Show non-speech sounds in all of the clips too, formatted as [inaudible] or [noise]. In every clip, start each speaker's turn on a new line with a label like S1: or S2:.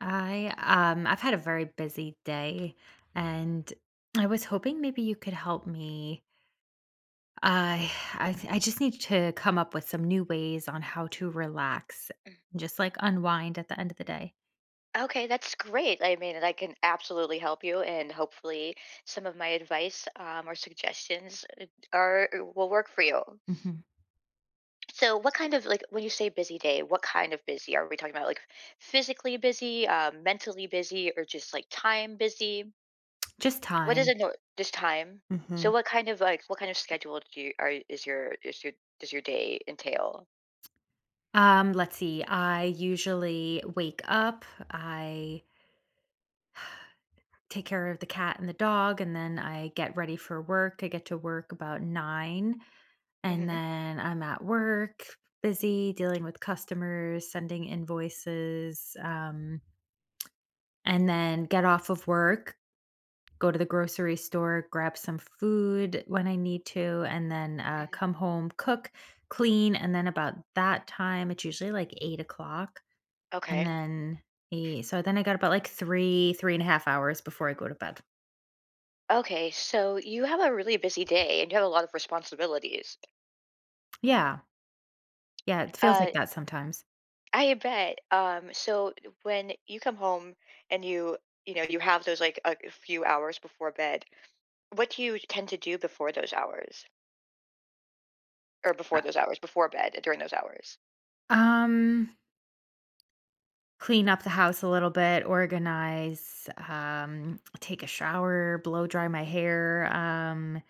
S1: I've had a very busy day and I was hoping maybe you could help me. I just need to come up with some new ways on how to relax
S2: Mm.
S1: and just like unwind at the end of the day.
S2: Okay, that's great. I mean, I can absolutely help you, and hopefully, some of my advice or suggestions are will work for you.
S1: Hmm.
S2: So, what kind of when you say busy day, what kind of busy are we talking about? Like physically busy, mentally busy, or just like time busy?
S1: Just
S2: What is
S1: time.
S2: it, no, this time? So
S1: Hmm.
S2: what kind of like what kind of schedule do you are is your does your day entail?
S1: Let's see. I usually wake up, I take care of the cat and the dog and then I get ready for work. I get to work about 9. And
S2: Hmm.
S1: then I'm at work, busy dealing with customers, sending invoices, and then get off of work, go to the grocery store, grab some food when I need to, and then
S2: Hmm.
S1: come home, cook, clean. And then about that time, it's usually like 8 o'clock. And
S2: Okay.
S1: then 8, so then I got about like 3.5 hours before I go to bed.
S2: Okay. So you have a really busy day and you have a lot of responsibilities.
S1: Yeah. Yeah. It feels
S2: Uh,
S1: like that sometimes.
S2: I bet. So when you come home and you know you have those like a few hours before bed, what do you tend to do before those hours or before
S1: Uh,
S2: those hours before bed during those hours?
S1: Um, Clean up the house a little bit, organize, take a shower, blow dry my hair.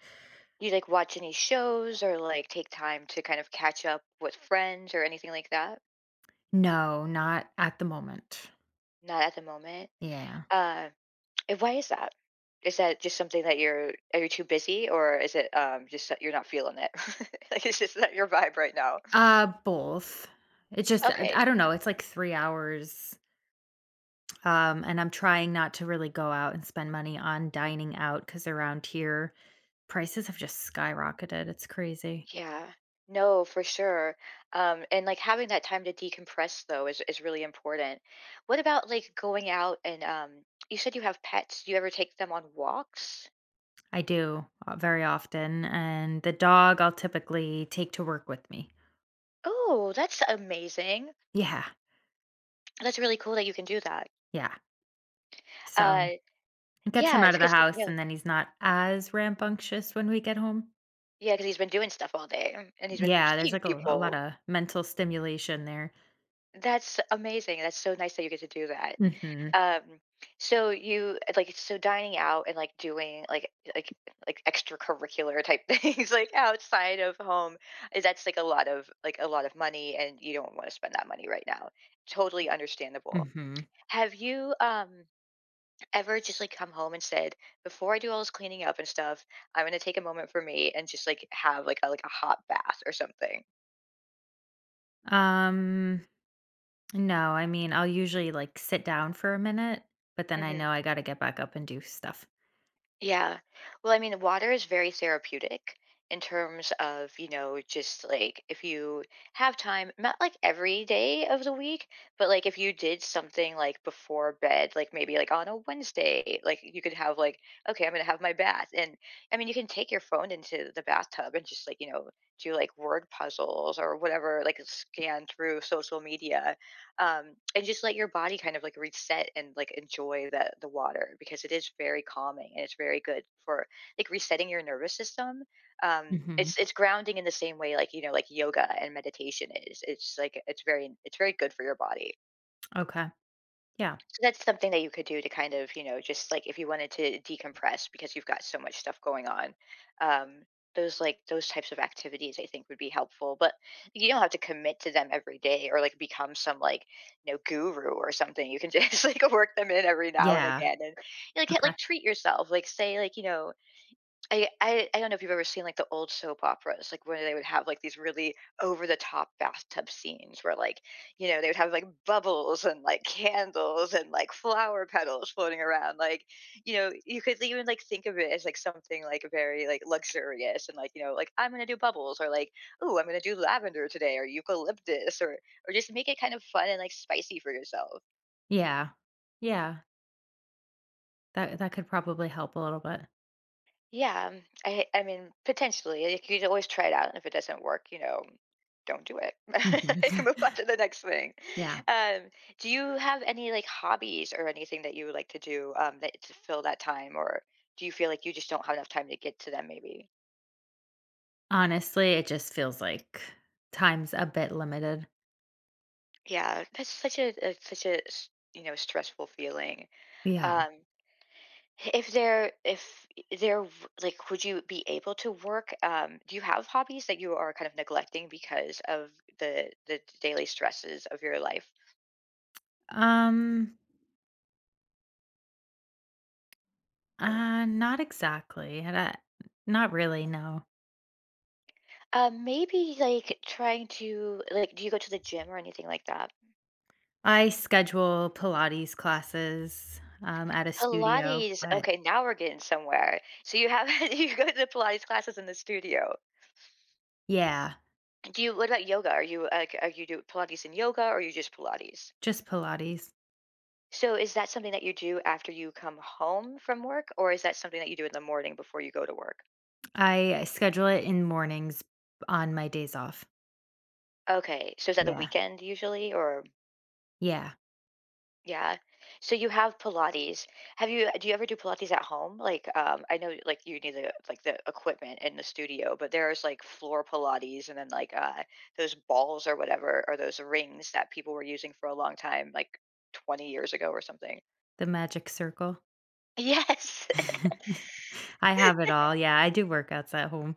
S2: Do you like watch any shows or like take time to kind of catch up with friends or anything like that?
S1: No, not at the moment.
S2: Not at the moment.
S1: Yeah.
S2: Uh, and why is that? Is that just something that you're are you too busy, or is it just that you're not feeling it? [laughs] Like it's just not your vibe right now.
S1: Both. It just
S2: Okay.
S1: I don't know, it's like 3 hours, and I'm trying not to really go out and spend money on dining out because around here, prices have just skyrocketed, it's crazy.
S2: Yeah. No, for sure. And like having that time to decompress, though, is really important. What about like going out and you said you have pets. Do you ever take them on walks?
S1: I do, very often, and the dog I'll typically take to work with me.
S2: Oh, that's amazing.
S1: Yeah,
S2: That's really cool that you can do that.
S1: yeah. So
S2: Uh,
S1: it gets him
S2: yeah,
S1: out of the
S2: because
S1: house, and then he's not as rambunctious when we get home.
S2: yeah, because 'cause he's been doing stuff all day, and he's been
S1: Yeah, there's,
S2: seeing
S1: like, a lot
S2: people.
S1: of mental stimulation there.
S2: That's amazing. That's so nice that you get to do that.
S1: Mhm,
S2: Um, so dining out and, like, doing, extracurricular type [laughs] things, like, outside of home, is that's, like, a lot of money, and you don't wanna spend that money right now. Totally understandable.
S1: mhm.
S2: Have you, ever just like come home and said, before I do all this cleaning up and stuff, I'm gonna take a moment for me and just like have like a hot bath or something?
S1: Um, no, I mean, I'll usually, like, sit down for a minute, but then I
S2: Hmm.
S1: know I gotta get back up and do stuff.
S2: Yeah. Well, I mean, water is very therapeutic in terms of, just like if you have time, not like every day of the week, but like if you did something like before bed, like maybe like on a Wednesday, like you could have like, okay, I'm gonna have my bath. And I mean, you can take your phone into the bathtub and just like, do like word puzzles or whatever, like scan through social media, and just let your body kind of like reset and like enjoy the water, because it is very calming and it's very good for like resetting your nervous system. Um,
S1: Mhm.
S2: it's grounding in the same way, like, like yoga and meditation is. It's like it's very good for your body.
S1: Okay. Yeah.
S2: So that's something that you could do to kind of, just like if you wanted to decompress because you've got so much stuff going on. Um, those types of activities, I think, would be helpful, but you don't have to commit to them every day or like become some, like, guru or something. You can just [laughs] like work them in every now and
S1: Yeah.
S2: again, and like
S1: Okay.
S2: treat yourself. Like say, like, I don't know if you've ever seen, like, the old soap operas, like, where they would have, like, these really over the top bathtub scenes where, like, they would have, like, bubbles and, like, candles and, like, flower petals floating around, like, you could even, like, think of it as, like, something, like, very, like, luxurious and, like, like, "I'm gonna do bubbles," or, like, "oh, I'm gonna do lavender today," or "eucalyptus," or just make it kind of fun and, like, spicy for yourself.
S1: Yeah. Yeah. That could probably help a little bit.
S2: Yeah, I mean, potentially, like, you could always try it out, and if it doesn't work, don't do it. [laughs]
S1: Mhm.
S2: I can move on
S1: [laughs]
S2: to the next thing.
S1: Yeah.
S2: Um, do you have any like hobbies or anything that you would like to do, that to fill that time, or do you feel like you just don't have enough time to get to them? Maybe.
S1: Honestly, it just feels like time's a bit limited.
S2: Yeah, that's such a stressful feeling.
S1: Yeah.
S2: Um, If there, like, would you be able to work, do you have hobbies that you are kind of neglecting because of the daily stresses of your life?
S1: Um Not exactly. Not really, no.
S2: Maybe like trying to like do you go to the gym or anything like that?
S1: I schedule Pilates classes at a studio,
S2: Pilates,
S1: but
S2: okay, now we're getting somewhere. So you have [laughs] you go to the Pilates classes in the studio.
S1: yeah,
S2: Do you What about yoga? Are you like are you do Pilates and yoga, or are you just Pilates?
S1: just Pilates.
S2: So is that something that you do after you come home from work, or is that something that you do in the morning before you go to work?
S1: I schedule it in mornings on my days off.
S2: Okay, so is that the
S1: Yeah.
S2: weekend, usually, or
S1: Yeah.
S2: yeah? So you have Pilates. Have you do you ever do Pilates at home? Like, I know like you need the equipment in the studio, but there's like floor Pilates and then like those balls or whatever or those rings that people were using for a long time, like 20 years ago or something.
S1: The magic circle.
S2: [laughs] Yes.
S1: [laughs] I have it all. Yeah. I do workouts at home.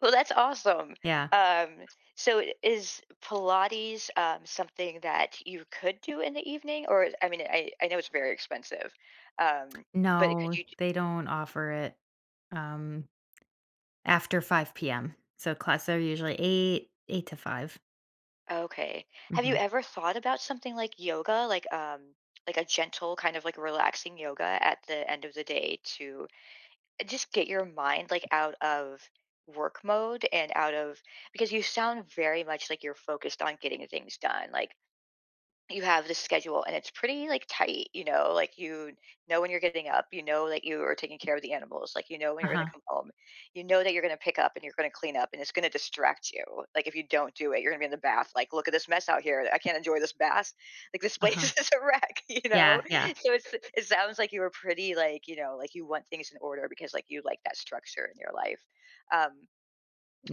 S2: Well, that's awesome.
S1: Yeah.
S2: Um, so is Pilates, something that you could do in the evening? Or, I mean, I know it's very expensive, um, but could
S1: No,
S2: you,
S1: they don't offer it um, after 5 p.m. So classes are usually 8 to 5.
S2: okay. Have you
S1: Mm-hmm.
S2: ever thought about something like yoga, like a gentle kind of like relaxing yoga at the end of the day to just get your mind like out of work mode and out of because you sound very much like you're focused on getting things done. Like you have this schedule and it's pretty like tight, like when you're getting up, that you are taking care of the animals, like when
S1: Uh
S2: you're going
S1: huh.
S2: to come home, that you're going to pick up and you're going to clean up and it's going to distract you. Like if you don't do it, you're going to be in the bath, like, "look at this mess out here, I can't enjoy this bath," [laughs] like, "this
S1: Uh
S2: place
S1: huh.
S2: [laughs] is a wreck.
S1: Yeah, yeah.
S2: So it sounds like you were pretty, like, like you want things in order because like you like that structure in your life. um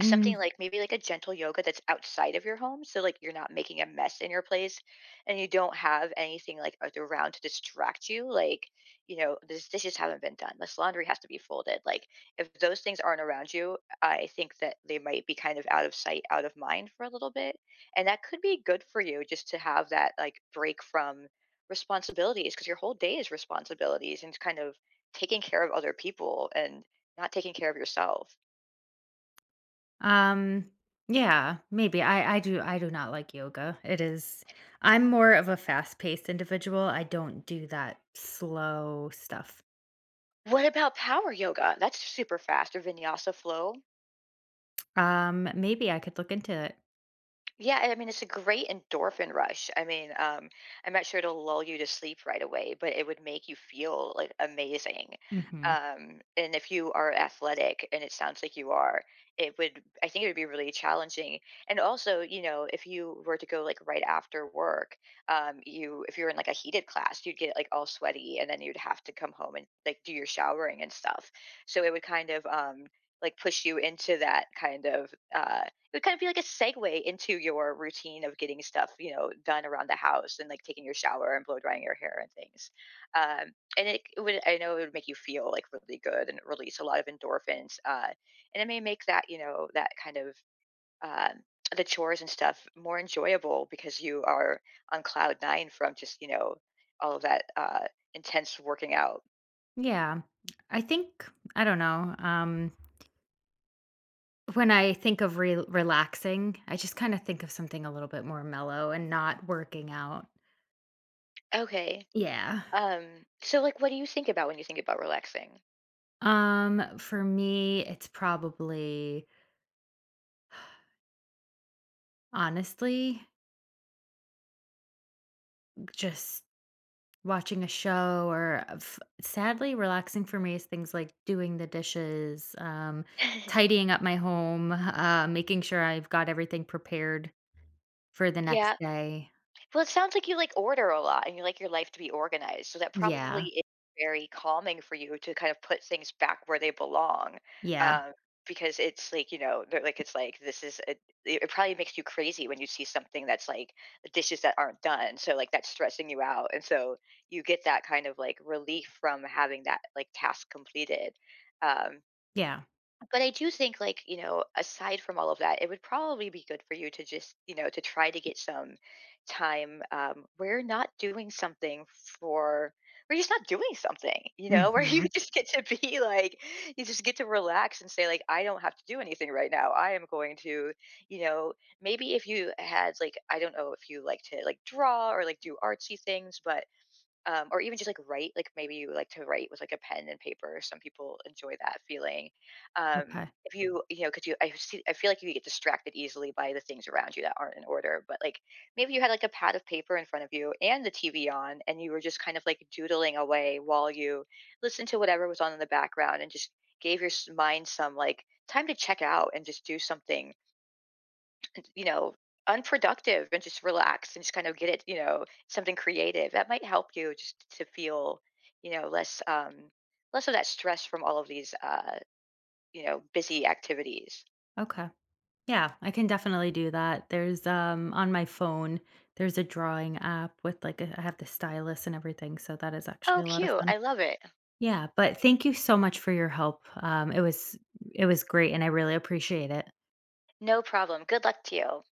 S2: something like maybe like a gentle yoga that's outside of your home, so like you're not making a mess in your place, and you don't have anything like around to distract you. Like, this dishes haven't been done, this laundry has to be folded, like, if those things aren't around you, I think that they might be kind of out of sight out of mind for a little bit, and that could be good for you just to have that like break from responsibilities, because your whole day is responsibilities and kind of taking care of other people and not taking care of yourself.
S1: um, yeah, maybe. I do not like yoga. It is I'm more of a fast-paced individual. I don't do that slow stuff.
S2: What about power yoga? That's super fast, or vinyasa flow.
S1: Maybe I could look into it.
S2: Yeah, I mean, it's a great endorphin rush. I mean, I'm not sure it'll lull you to sleep right away, but it would make you feel like amazing.
S1: Mhm.
S2: And if you are athletic, and it sounds like you are, I think it would be really challenging. And also, if you were to go like right after work, if you're in like a heated class, you'd get like all sweaty and then you'd have to come home and like do your showering and stuff. So it would kind of, like push you into that kind of, it would kind of be like a segue into your routine of getting stuff, done around the house and like taking your shower and blow drying your hair and things. And I know it would make you feel like really good and release a lot of endorphins. And it may make that, that kind of, um, the chores and stuff more enjoyable, because you are on cloud nine from just, all of that, intense working out.
S1: Yeah. I think I don't know. When I think of re relaxing, I just kind of think of something a little bit more mellow and not working out.
S2: Okay.
S1: Yeah.
S2: So like what do you think about when you think about relaxing?
S1: For me, it's probably honestly just watching a show, or f sadly, relaxing for me is things like doing the dishes, tidying up my home, making sure I've got everything prepared for the next
S2: [laughs] Yeah.
S1: day.
S2: Well, it sounds like you like order a lot and you like your life to be organized. So that probably
S1: Yeah,
S2: is very calming for you to kind of put things back where they belong.
S1: yeah,
S2: Um, because it's like, they're like, it's like, this is, a, it probably makes you crazy when you see something that's like dishes that aren't done. So like that's stressing you out. And so you get that kind of like relief from having that like task completed. Um,
S1: yeah.
S2: but I do think, like, aside from all of that, it would probably be good for you to just, to try to get some time, where you're not doing something for, where you're just not doing something, [laughs] where you
S1: Mhm.
S2: just get to be like, you just get to relax and say, like, I don't have to do anything right now. I am going to, you know, maybe if you had, like, I don't know if you like to, like, draw or, like, do artsy things, but or even just like write, like maybe you like to write with like a pen and paper, some people enjoy that feeling, um,
S1: Okay,
S2: if you, you know because you, I, see, I feel like you get distracted easily by the things around you that aren't in order, but like maybe you had like a pad of paper in front of you and the TV on and you were just kind of like doodling away while you listened to whatever was on in the background and just gave your mind some like time to check out and just do something, you know, unproductive, and just relax and just kind of get it, something creative. That might help you just to feel, less less of that stress from all of these, busy activities.
S1: okay. Yeah, I can definitely do that. On my phone, there's a drawing app with, like, a I have the stylus and everything, so that is actually
S2: Oh,
S1: a lot of
S2: cute.
S1: fun.
S2: I love it.
S1: Yeah, but thank you so much for your help. It was great, and I really appreciate it.
S2: No problem. Good luck to you.